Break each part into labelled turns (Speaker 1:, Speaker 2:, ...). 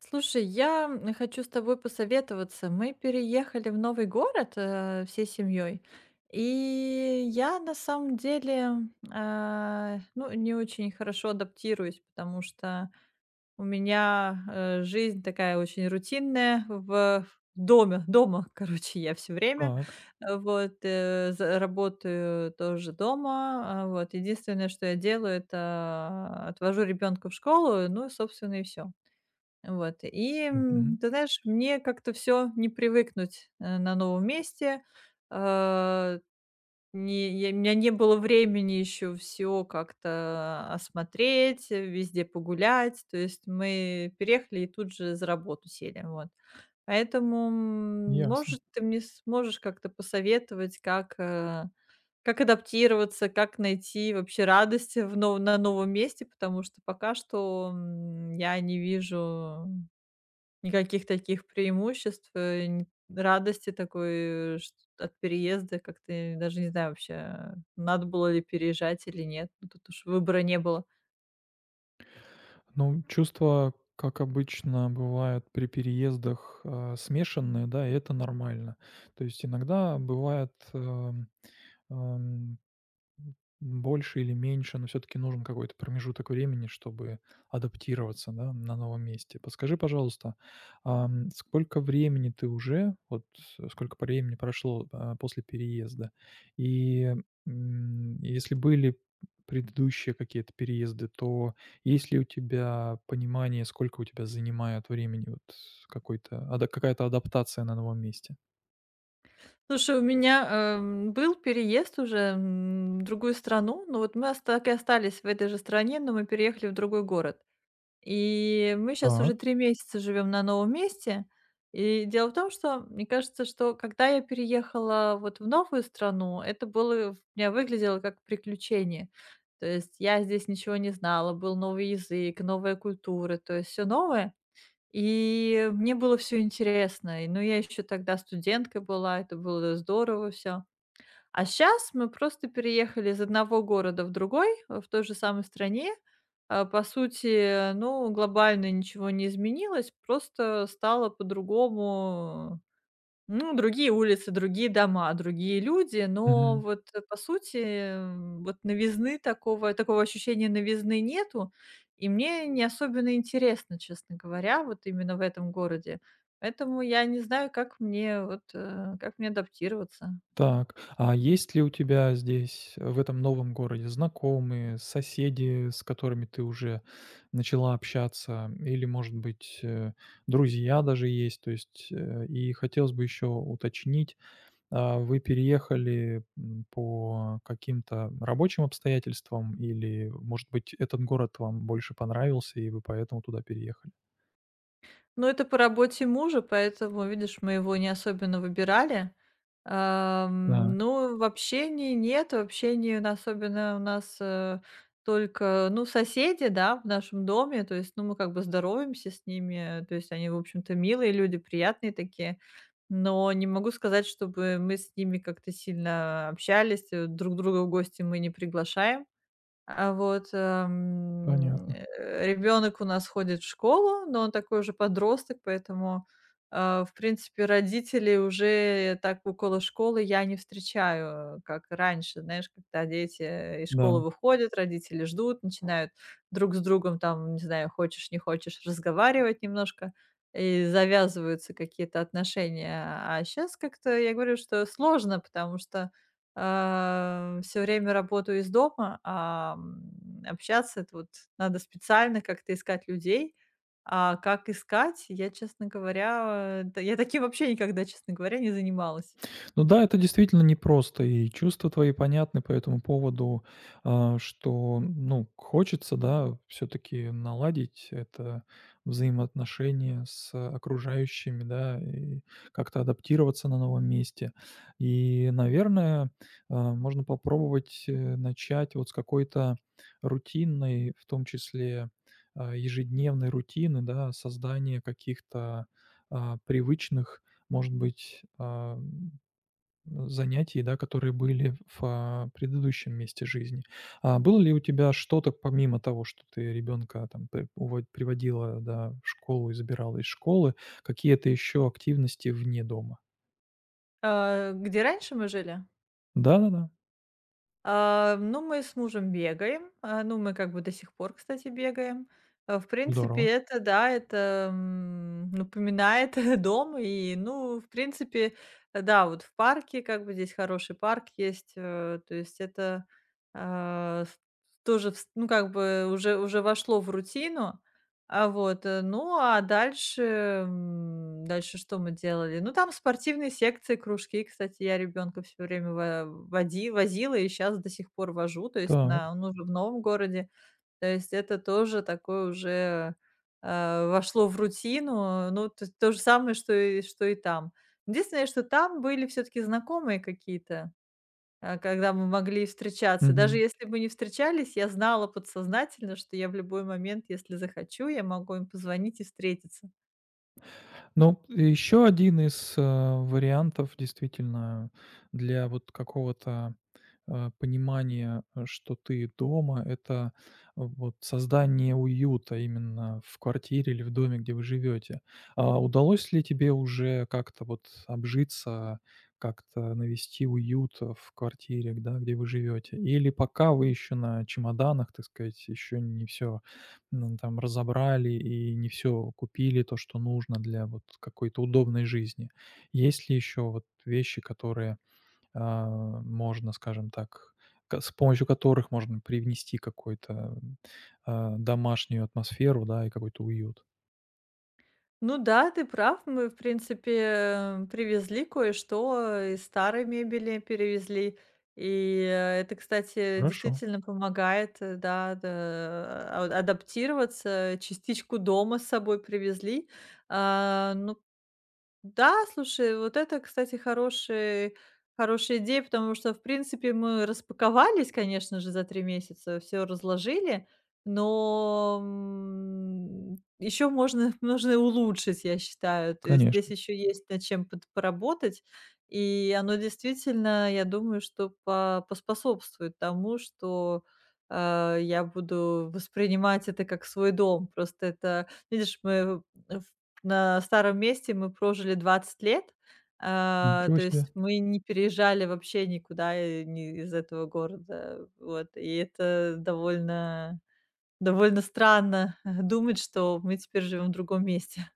Speaker 1: Слушай, я хочу с тобой посоветоваться. Мы переехали в новый город, всей семьей, и я на самом деле ну, не очень хорошо адаптируюсь, потому что у меня жизнь такая очень рутинная дома, короче, я все время,
Speaker 2: Так.
Speaker 1: вот, работаю тоже дома, вот, единственное, что я делаю, это отвожу ребенка в школу, ну, собственно, и все. Вот, и,
Speaker 2: Мгм.
Speaker 1: м, ты знаешь, мне как-то все не привыкнуть, на новом месте. Э, не я у меня не было времени еще все как-то осмотреть, везде погулять. То есть мы переехали и тут же за работу сели, вот. Поэтому,
Speaker 2: Ясно.
Speaker 1: может, ты мне сможешь как-то посоветовать, как адаптироваться, как найти вообще радость в нов на новом месте, потому что пока что, я не вижу никаких таких преимуществ, э, н радости такой, э, чт от переезда, как ты даже не знаю вообще, надо было ли переезжать или нет. Ну, тут уж выбора не было.
Speaker 2: Ну, чувства, как обычно, бывают при переездах, смешанные, да, и это нормально. То есть иногда бывает, эм, М, больше или меньше, но все таки нужен какой-то промежуток времени, чтобы адаптироваться, да, на новом месте. Подскажи, пожалуйста, сколько времени ты уже, вот, сколько по времени прошло, после переезда? И, если были предыдущие какие-то переезды, то есть ли у тебя понимание, сколько у тебя занимает времени вот какой-то ада какая-то адаптация на новом месте?
Speaker 1: Слушай, у меня был переезд уже, в другую страну, но вот мы оста так и остались в этой же стране, но мы переехали в другой город. И мы сейчас
Speaker 2: Так.
Speaker 1: уже 3 месяца живем на новом месте. И дело в том, что мне кажется, что когда я переехала вот в новую страну, это было в у меня выглядело как приключение. То есть я здесь ничего не знала, был новый язык, новая культура, то есть все новое. И мне было все интересно. И, ну, я еще тогда студенткой была, это было здорово все. А сейчас мы просто переехали из одного города в другой, в той же самой стране. А, по сути, ну, глобально ничего не изменилось, просто стало по-другому. Ну, другие улицы, другие дома, другие люди, но вот, по сути, вот новизны, такого ощущения новизны нету, и мне не особенно интересно, честно говоря, вот именно в этом городе. Поэтому я не знаю, как мне адаптироваться.
Speaker 2: Так, а есть ли у тебя здесь, в этом новом городе, знакомые, соседи, с которыми ты уже начала общаться, или, может быть, друзья даже есть? То есть, и хотелось бы еще уточнить, вы переехали, по каким-то рабочим обстоятельствам или, может быть, этот город вам больше понравился, и вы поэтому туда переехали?
Speaker 1: Ну, это по работе мужа, поэтому, видишь, мы его не особенно выбирали.
Speaker 2: Так,
Speaker 1: Ну, в общении нет, в общении н особенно у нас, только, ну, соседи, да, в нашем доме. То есть, ну, мы как бы здороваемся с ними, то есть они, в общем-то, милые люди, приятные такие. Но не могу сказать, чтобы мы с ними как-то сильно общались, друг друга в гости мы не приглашаем. А вот,
Speaker 2: понятно.
Speaker 1: ребенок у нас ходит в школу, но он такой уже подросток, поэтому, в принципе, родителей уже так около школы я не встречаю, как раньше. Знаешь, когда дети, из
Speaker 2: Да.
Speaker 1: школы выходят, родители ждут, начинают друг с другом там, не знаю, хочешь не хочешь, разговаривать немножко, и завязываются какие-то отношения. А сейчас как-то я говорю, что сложно, потому что все время работаю из дома, общаться — это вот надо специально как-то искать людей. А как искать, я, честно говоря, да я таким вообще никогда, честно говоря, не занималась.
Speaker 2: Ну да, это действительно непросто, и чувства твои понятны по этому поводу, что, ну, хочется, да, все-таки наладить это взаимоотношение с окружающими, да, и как-то адаптироваться на новом месте. И, наверное, можно попробовать начать вот с какой-то рутинной, в том числе ежедневной рутины, да, создания каких-то привычных, может быть, занятий, да, которые были в, предыдущем месте жизни. А было ли у тебя что-то помимо того, что ты ребенка там приводила, да, в школу и забирала из школы, какие-то еще активности вне дома?
Speaker 1: Где раньше мы жили?
Speaker 2: Да-да-да,
Speaker 1: Ну, мы с мужем бегаем. Ну, мы как бы до сих пор, кстати, бегаем. В принципе,
Speaker 2: здорово.
Speaker 1: это, да, это, напоминает дом. И, ну, в принципе, да, вот в парке, как бы здесь хороший парк есть. То есть это а, с- тоже, ну, как бы уже вошло в рутину. А вот, ну, дальше что мы делали? Ну, там спортивные секции, кружки. Кстати, я ребенка все время возила и сейчас до сих пор вожу. То есть
Speaker 2: Так.
Speaker 1: он уже в новом городе. То есть это тоже такое уже вошло в рутину. Ну, то же самое, что и там. Единственное, что там были все-таки знакомые какие-то, когда мы могли встречаться. Даже
Speaker 2: Мгм.
Speaker 1: если бы не встречались, я знала подсознательно, что я в любой момент, если захочу, я могу им позвонить и встретиться.
Speaker 2: Ну, еще один из, вариантов действительно для вот какого-то, понимания, это вот создание уюта именно в квартире или в доме, где вы живете. А удалось ли тебе уже как-то вот обжиться, как-то навести уют, в квартире, да, где вы живете? Или пока вы еще на чемоданах, так сказать, еще не все. Ну, там разобрали и не все купили, то, что нужно для вот какой-то удобной жизни. Есть ли еще вот вещи, которые, а, можно, скажем так, ка с помощью которых можно привнести какой-то, домашнюю атмосферу, да, и какой-то уют?
Speaker 1: Ну да, ты прав, мы, в принципе, привезли кое-что из старой мебели, перевезли. И это, кстати,
Speaker 2: Хорошо,
Speaker 1: действительно помогает, да, да, адаптироваться. Частичку дома с собой привезли. Ну, да, слушай, вот это, кстати, хороший хорошая идея, потому что, в принципе, мы распаковались, конечно же, за 3 месяца, все разложили, но, еще можно нужно улучшить, я считаю. То есть здесь
Speaker 2: конечно.
Speaker 1: еще есть над чем под поработать, и оно действительно, я думаю, что по поспособствует тому, что, я буду воспринимать это как свой дом. Просто это, видишь, мы на старом месте мы прожили 20 лет,
Speaker 2: Ничего
Speaker 1: то
Speaker 2: себе.
Speaker 1: есть мы не переезжали вообще никуда, не из этого города. Вот, и это довольно странно думать, что мы теперь живем в другом месте.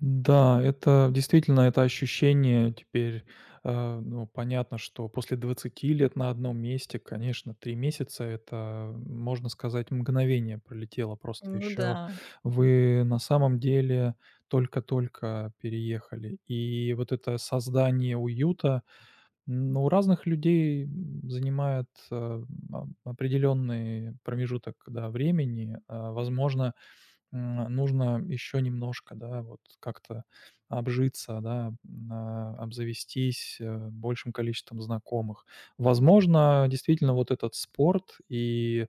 Speaker 2: Да, это действительно это ощущение теперь, ну, понятно, что после 20 лет на одном месте, конечно, 3 месяца- это, можно сказать, мгновение пролетело. Просто
Speaker 1: Ну да,
Speaker 2: еще вы на самом деле только-только переехали. И вот это создание уюта, ну, у разных людей, занимает, определенный промежуток, да, времени. Возможно, нужно еще немножко, да, вот как-то обжиться, да, обзавестись, большим количеством знакомых. Возможно, действительно, вот этот спорт и,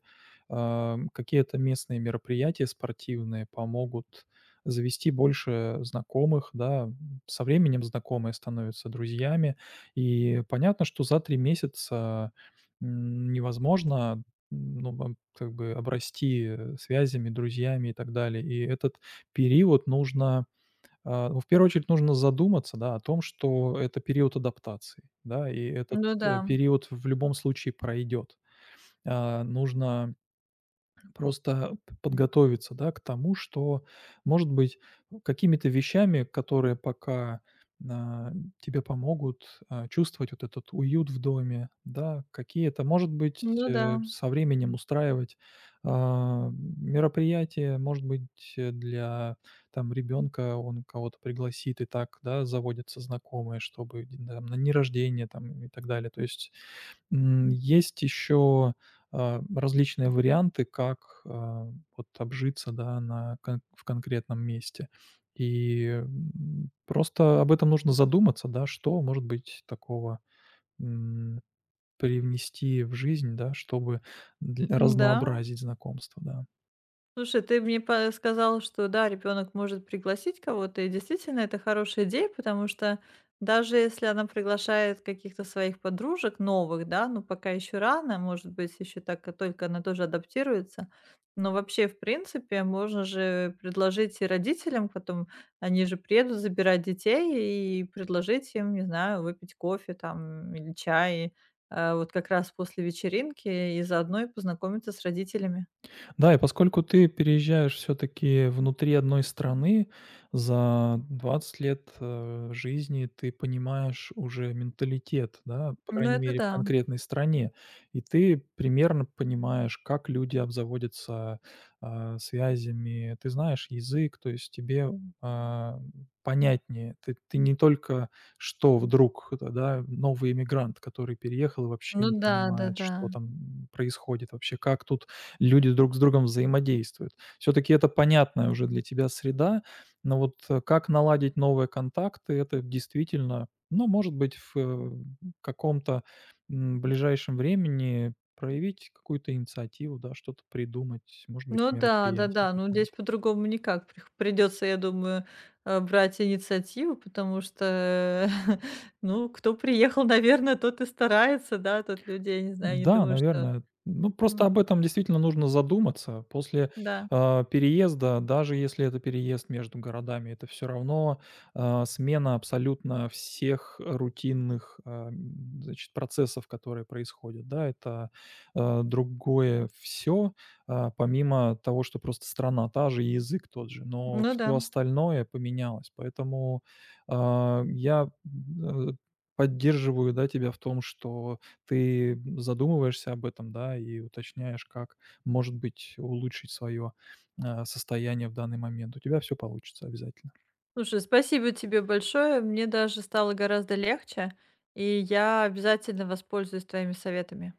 Speaker 2: какие-то местные мероприятия спортивные помогут завести больше знакомых, да. Со временем знакомые становятся друзьями. И понятно, что за 3 месяца, невозможно, ну, вам как бы обрасти, связями, друзьями и так далее. И этот период нужно, ну, в первую очередь, нужно задуматься, да, о том, что это период адаптации, да, и этот,
Speaker 1: ну да,
Speaker 2: период в любом случае пройдет. А, нужно Просто п подготовиться, да, к тому, что, может быть, ну, какими-то вещами, которые пока, а, тебе помогут, чувствовать вот этот уют в доме, да, какие-то, может быть,
Speaker 1: ну да,
Speaker 2: со временем устраивать, мероприятия, может быть, для, там, ребенка он кого-то пригласит, и так, да, заводятся знакомые, чтобы, д там, на дни рождения, там, и так далее. То есть есть еще, различные варианты, как, вот обжиться, да, на кон в конкретном месте. И, просто об этом нужно задуматься, да, что, может быть, такого, м, привнести в жизнь, да, чтобы дл
Speaker 1: да.
Speaker 2: разнообразить знакомство, да.
Speaker 1: Слушай, ты мне по сказал, что да, ребенок может пригласить кого-то, и действительно это хорошая идея, потому что даже если она приглашает каких-то своих подружек новых, да, ну пока еще рано, может быть, еще так а только она тоже адаптируется. Но вообще, в принципе, можно же предложить и родителям потом, они же приедут забирать детей и предложить им, не знаю, выпить кофе там или чай, вот как раз после вечеринки и заодно и познакомиться с родителями.
Speaker 2: Да, и поскольку ты переезжаешь все-таки внутри одной страны, за 20 лет жизни ты понимаешь уже менталитет, да, по
Speaker 1: Ну
Speaker 2: крайней
Speaker 1: это
Speaker 2: мере, в
Speaker 1: да.
Speaker 2: конкретной стране, и ты примерно понимаешь, как люди обзаводятся связями, ты знаешь язык, то есть тебе а, понятнее. Ты не только что вдруг, это, да, новый иммигрант, который переехал и вообще
Speaker 1: Ну
Speaker 2: не
Speaker 1: да,
Speaker 2: понимает,
Speaker 1: да-да.
Speaker 2: что там происходит вообще, как тут люди друг с другом взаимодействуют. Все-таки это понятная уже для тебя среда, но вот как наладить новые контакты, это действительно, ну, может быть, в каком-то ближайшем времени проявить какую-то инициативу, да, что-то придумать, может быть,
Speaker 1: Ну да,
Speaker 2: мероприятие
Speaker 1: да-да. Ну, здесь
Speaker 2: какое-то.
Speaker 1: по-другому никак. Прих Придется, я думаю, брать инициативу, потому что, ну, кто приехал, наверное, тот и старается, да. Тот людей, не знаю, не
Speaker 2: Да,
Speaker 1: думаю, что
Speaker 2: наверное. Ну, просто
Speaker 1: М,
Speaker 2: об этом действительно нужно задуматься. После,
Speaker 1: да.
Speaker 2: переезда, даже если это переезд между городами, это все равно, а, смена абсолютно всех рутинных, значит, процессов, которые происходят. Да, это, другое все, помимо того, что просто страна та же и язык тот же, но
Speaker 1: Ну да.
Speaker 2: все остальное поменялось. Поэтому, я, поддерживаю, да, тебя в том, что ты задумываешься об этом, да, и уточняешь, как, может быть, улучшить свое, состояние в данный момент. У тебя все получится обязательно.
Speaker 1: Слушай, спасибо тебе большое. Мне даже стало гораздо легче, и я обязательно воспользуюсь твоими советами.